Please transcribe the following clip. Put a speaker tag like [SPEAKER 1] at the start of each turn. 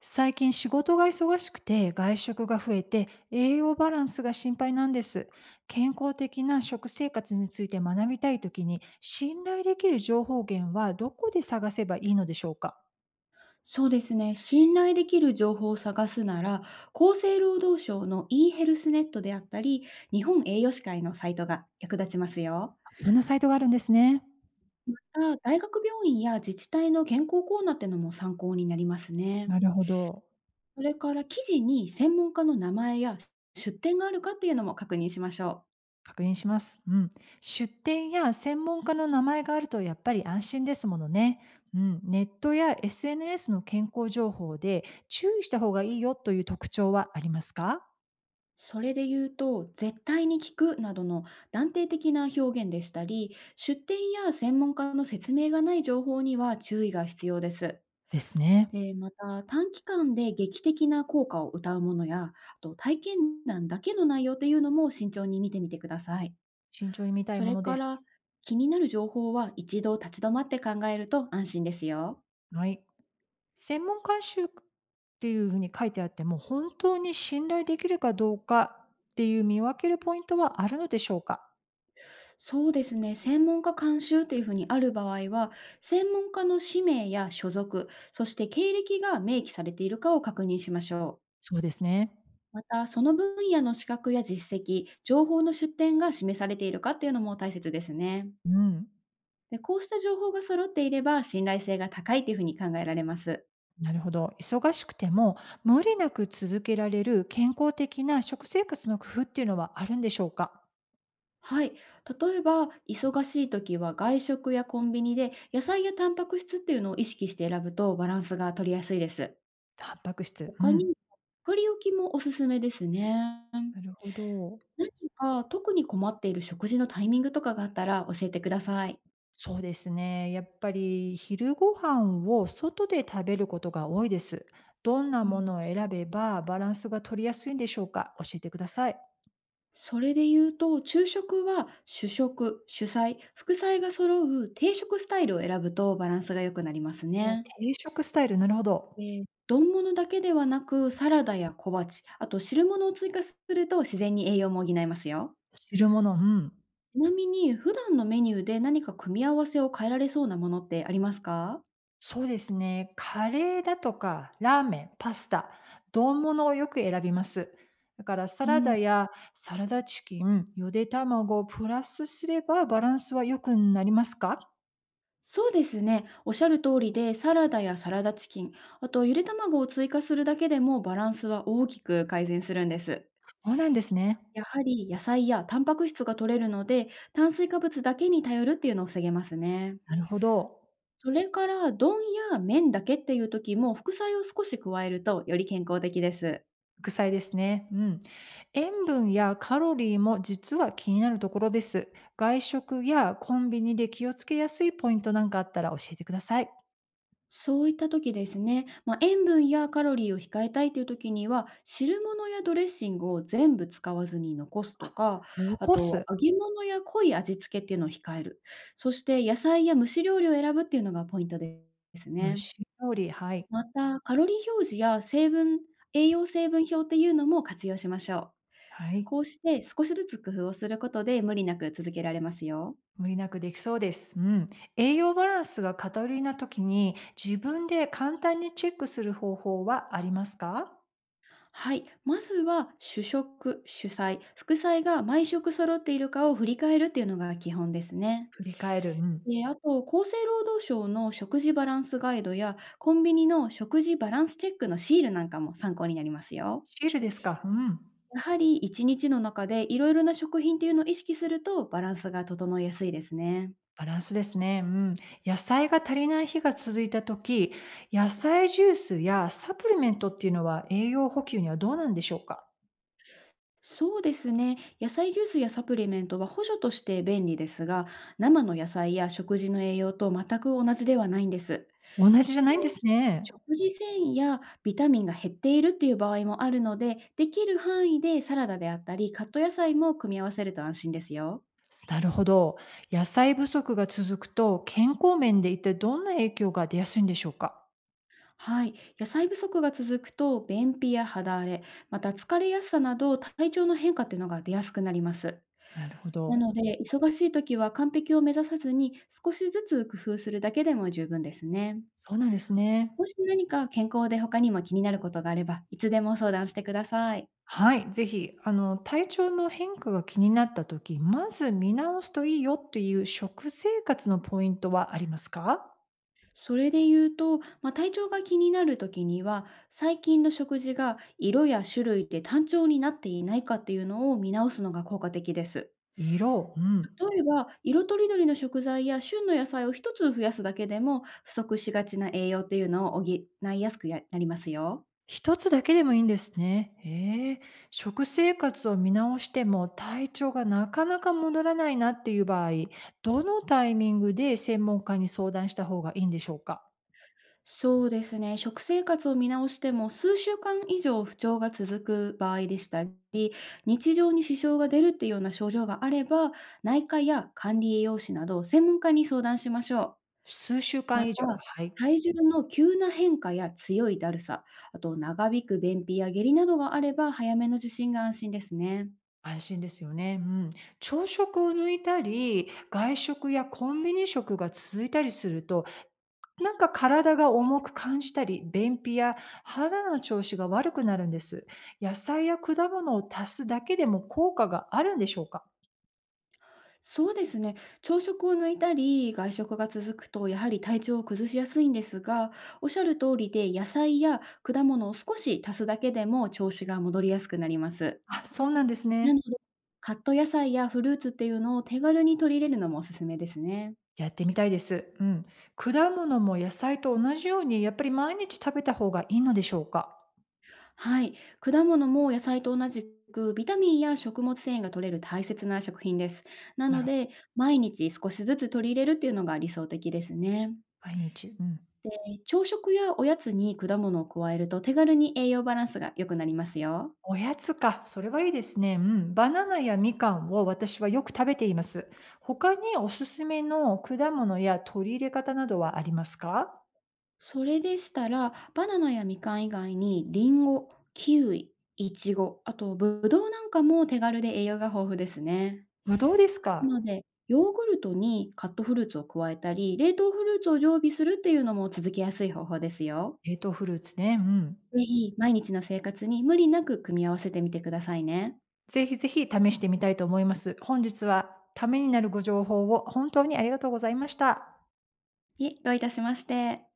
[SPEAKER 1] 最近仕事が忙しくて外食が増えて栄養バランスが心配なんです。健康的な食生活について学びたいときに信頼できる情報源はどこで探せばいいのでしょうか。
[SPEAKER 2] そうですね。信頼できる情報を探すなら、厚生労働省の eヘルスネットであったり、日本栄養士会のサイトが役立ちますよ。
[SPEAKER 1] そんなサイトがあるんですね。
[SPEAKER 2] 大学病院や自治体の健康コーナーってのも参考になりますね。
[SPEAKER 1] なるほど。
[SPEAKER 2] それから、記事に専門家の名前や出典があるかっていうのも確認しましょう。
[SPEAKER 1] 確認します。うん。出店や専門家の名前があるとやっぱり安心ですものね。うん。ネットや SNS の健康情報で注意した方がいいよという特徴はありますか。
[SPEAKER 2] それで言うと、絶対に聞くなどの断定的な表現でしたり、出典や専門家の説明がない情報には注意が必要です。
[SPEAKER 1] ですね。
[SPEAKER 2] で、また短期間で劇的な効果を謳うものや、あと体験談だけの内容というのも慎重に見てみてください。
[SPEAKER 1] 慎重に見た
[SPEAKER 2] そ
[SPEAKER 1] いも
[SPEAKER 2] れ
[SPEAKER 1] の
[SPEAKER 2] か
[SPEAKER 1] で
[SPEAKER 2] ら、
[SPEAKER 1] す。
[SPEAKER 2] 気になる情報は一度立ち止まって考えると安心ですよ。
[SPEAKER 1] はい。専門監修っていうふうに書いてあっても、本当に信頼できるかどうかっていう見分けるポイントはあるのでしょうか？
[SPEAKER 2] そうですね。専門家監修というふうにある場合は、専門家の氏名や所属、そして経歴が明記されているかを確認しましょう。
[SPEAKER 1] そうですね。
[SPEAKER 2] また、その分野の資格や実績、情報の出典が示されているかっていうのも大切ですね。
[SPEAKER 1] うん、
[SPEAKER 2] で、こうした情報が揃っていれば、信頼性が高いというふうに考えられます。
[SPEAKER 1] なるほど。忙しくても無理なく続けられる健康的な食生活の工夫っていうのはあるんでしょうか？
[SPEAKER 2] はい。例えば、忙しい時は外食やコンビニで野菜やタンパク質っていうのを意識して選ぶとバランスが取りやすいです。
[SPEAKER 1] タンパク質。う
[SPEAKER 2] 他
[SPEAKER 1] ん。
[SPEAKER 2] に、作り置きもおすすめですね。
[SPEAKER 1] なるほど。
[SPEAKER 2] 何か特に困っている食事のタイミングとかがあったら教えてください。
[SPEAKER 1] そうですね。やっぱり昼ご飯を外で食べることが多いです。どんな
[SPEAKER 2] う
[SPEAKER 1] も
[SPEAKER 2] ん、
[SPEAKER 1] のを選べばバランスが取りやすいんでしょうか、教えてください。
[SPEAKER 2] それで言うと、昼食は主食、主菜、副菜が揃う定食スタイルを選ぶとバランスが良くなります
[SPEAKER 1] お
[SPEAKER 2] ね。
[SPEAKER 1] 定食スタイル、なるほ
[SPEAKER 2] え
[SPEAKER 1] ど。
[SPEAKER 2] え、丼物だけではなく、サラダや小鉢、あと汁物を追加すると自然に栄養も補えますよ。
[SPEAKER 1] 汁物、うん。
[SPEAKER 2] ちなみに、普段のメニューで何か組み合わせを変えられそうなものってありますか？
[SPEAKER 1] そうですね。カレーだとか、ラーメン、パスタ、丼物をよく選びます。だからサ
[SPEAKER 2] う
[SPEAKER 1] ラ
[SPEAKER 2] ん、
[SPEAKER 1] ダやサラダチキン、ゆで卵をプラスすればバランスは良くなりますか。
[SPEAKER 2] そうですね。おっしゃる通りで、サラダやサラダチキン、あとゆで卵を追加するだけでもバランスは大きく改善するんです。
[SPEAKER 1] そうなんですね。
[SPEAKER 2] やはり野菜やタンパク質が取れるので、炭水化物だけに頼るっていうのを防げますね。
[SPEAKER 1] なるほど。
[SPEAKER 2] それから、丼や麺だけっていう時も、副菜を少し加えるとより健康的です。
[SPEAKER 1] 副菜ですね。うん。塩分やカロリーも実は気になるところです。外食やコンビニで気をつけやすいポイントなんかあったら教えてください。
[SPEAKER 2] そういった時ですね、まあ、塩分やカロリーを控えたいという時には、汁物やドレッシングを全部使わずに残すとか、あ
[SPEAKER 1] 残
[SPEAKER 2] と
[SPEAKER 1] す、
[SPEAKER 2] 揚げ物や濃い味付けっていうのを控える。そして、野菜や蒸し料理を選ぶっていうのがポイントです
[SPEAKER 1] 蒸
[SPEAKER 2] ね。
[SPEAKER 1] し料理、はい。
[SPEAKER 2] また、カロリー表示や成分栄養成分表っていうのも活用しましょう。
[SPEAKER 1] はい。
[SPEAKER 2] こうして少しずつ工夫をすることで無理なく続けられますよ。
[SPEAKER 1] 無理なくできそうです。うん。栄養バランスが偏りな時に自分で簡単にチェックする方法はありますか。
[SPEAKER 2] はい。まずは主食、主菜、副菜が毎食揃っているかを振り返るっていうのが基本ですね。
[SPEAKER 1] 振り返る。うん。
[SPEAKER 2] で、あと、厚生労働省の食事バランスガイドやコンビニの食事バランスチェックのシールなんかも参考になりますよ。
[SPEAKER 1] シールですか。うん。
[SPEAKER 2] やはり一日の中でいろいろな食品っていうのを意識するとバランスが整いやすいですね。
[SPEAKER 1] バランスですね。うん。野菜が足りない日が続いた時、野菜ジュースやサプリメントっていうのは栄養補給にはどうなんでしょうか？
[SPEAKER 2] そうですね。野菜ジュースやサプリメントは補助として便利ですが、生の野菜や食事の栄養と全く同じではないんです。
[SPEAKER 1] 同じじゃないんですね。
[SPEAKER 2] 食事繊維やビタミンが減っているっていう場合もあるので、できる範囲でサラダであったり、カット野菜も組み合わせると安心ですよ。
[SPEAKER 1] なるほど。野菜不足が続くと、健康面で一体どんな影響が出やすいんでしょうか？
[SPEAKER 2] はい。野菜不足が続くと、便秘や肌荒れ、また疲れやすさなど体調の変化っていうのが出やすくなります。
[SPEAKER 1] なるほ
[SPEAKER 2] な
[SPEAKER 1] ど。
[SPEAKER 2] ので、忙しい時は完璧を目指さずに、少しずつ工夫するだけでも十分ですね。
[SPEAKER 1] そうなんですね。
[SPEAKER 2] もし何か健康で他にも気になることがあれば、いつでも相談してください。
[SPEAKER 1] はい、ぜひ、体調の変化が気になった時、まず見直すといいよっていう食生活のポイントはありますか？
[SPEAKER 2] それで言うと、まあ、体調が気になる時には、最近の食事が色や種類で単調になっていないかっていうのを見直すのが効果的です。
[SPEAKER 1] 色、うん。
[SPEAKER 2] 例えば、色とりどりの食材や旬の野菜を一つ増やすだけでも、不足しがちな栄養っていうのを補いやすくやなりますよ。
[SPEAKER 1] 一つだけでもいいんですね。へえ。食生活を見直しても体調がなかなか戻らないなっていう場合、どのタイミングで専門家に相談した方がいいんでしょうか？
[SPEAKER 2] そうですね。食生活を見直しても数週間以上不調が続く場合でしたり、日常に支障が出るっていうような症状があれば、内科や管理栄養士など専門家に相談しましょ
[SPEAKER 1] 数週
[SPEAKER 2] う。ま
[SPEAKER 1] 間
[SPEAKER 2] た、
[SPEAKER 1] 以上、はい、
[SPEAKER 2] 体重の急な変化や強いだるさ、あと長引く便秘や下痢などがあれば、早めの受診が安心ですね。
[SPEAKER 1] 安心ですよね。うん。朝食を抜いたり、外食やコンビニ食が続いたりすると、なんか体が重く感じたり、便秘や肌の調子が悪くなるんです。野菜や果物を足すだけでも効果があるんでしょうか？
[SPEAKER 2] そうですね。朝食を抜いたり、外食が続くと、やはり体調を崩しやすいんですが、おっしゃる通りで、野菜や果物を少し足すだけでも調子が戻りやすくなります。
[SPEAKER 1] あ、そうなんです
[SPEAKER 2] な
[SPEAKER 1] ね。
[SPEAKER 2] ので、カット野菜やフルーツっていうのを手軽に取り入れるのもおすすめですね。
[SPEAKER 1] やってみたいです。うん。果物も野菜と同じように、やっぱり毎日食べた方がいいのでしょうか？
[SPEAKER 2] はい。果物も野菜と同じく、ビタミンや食物繊維が取れる大切な食品です。な
[SPEAKER 1] な
[SPEAKER 2] の
[SPEAKER 1] るほ
[SPEAKER 2] で、毎日少しずつ取り入れるっていうのが理想的ですね。
[SPEAKER 1] ど、毎日。うん。
[SPEAKER 2] 朝食やおやつに果物を加えると手軽に栄養バランスが良くなりますよ。
[SPEAKER 1] おやつか、それはいいですね。うん。バナナやみかんを私はよく食べています。他におすすめの果物や取り入れ方などはありますか？
[SPEAKER 2] それでしたら、バナナやみかん以外にリンゴ、キウイ、イチゴ、あとブドウなんかも手軽で栄養が豊富ですね。
[SPEAKER 1] ぶどうです
[SPEAKER 2] な
[SPEAKER 1] か。
[SPEAKER 2] ので、ヨーグルトにカットフルーツを加えたり、冷凍フルーツを常備するっていうのも続けやすい方法ですよ。
[SPEAKER 1] 冷凍フルーツね。うん。
[SPEAKER 2] ぜひ、毎日の生活に無理なく組み合わせてみてくださいね。
[SPEAKER 1] ぜひぜひ試してみたいと思います。本日はためになるご情報を本当にありがとうございました。
[SPEAKER 2] いえ、どういたしまして。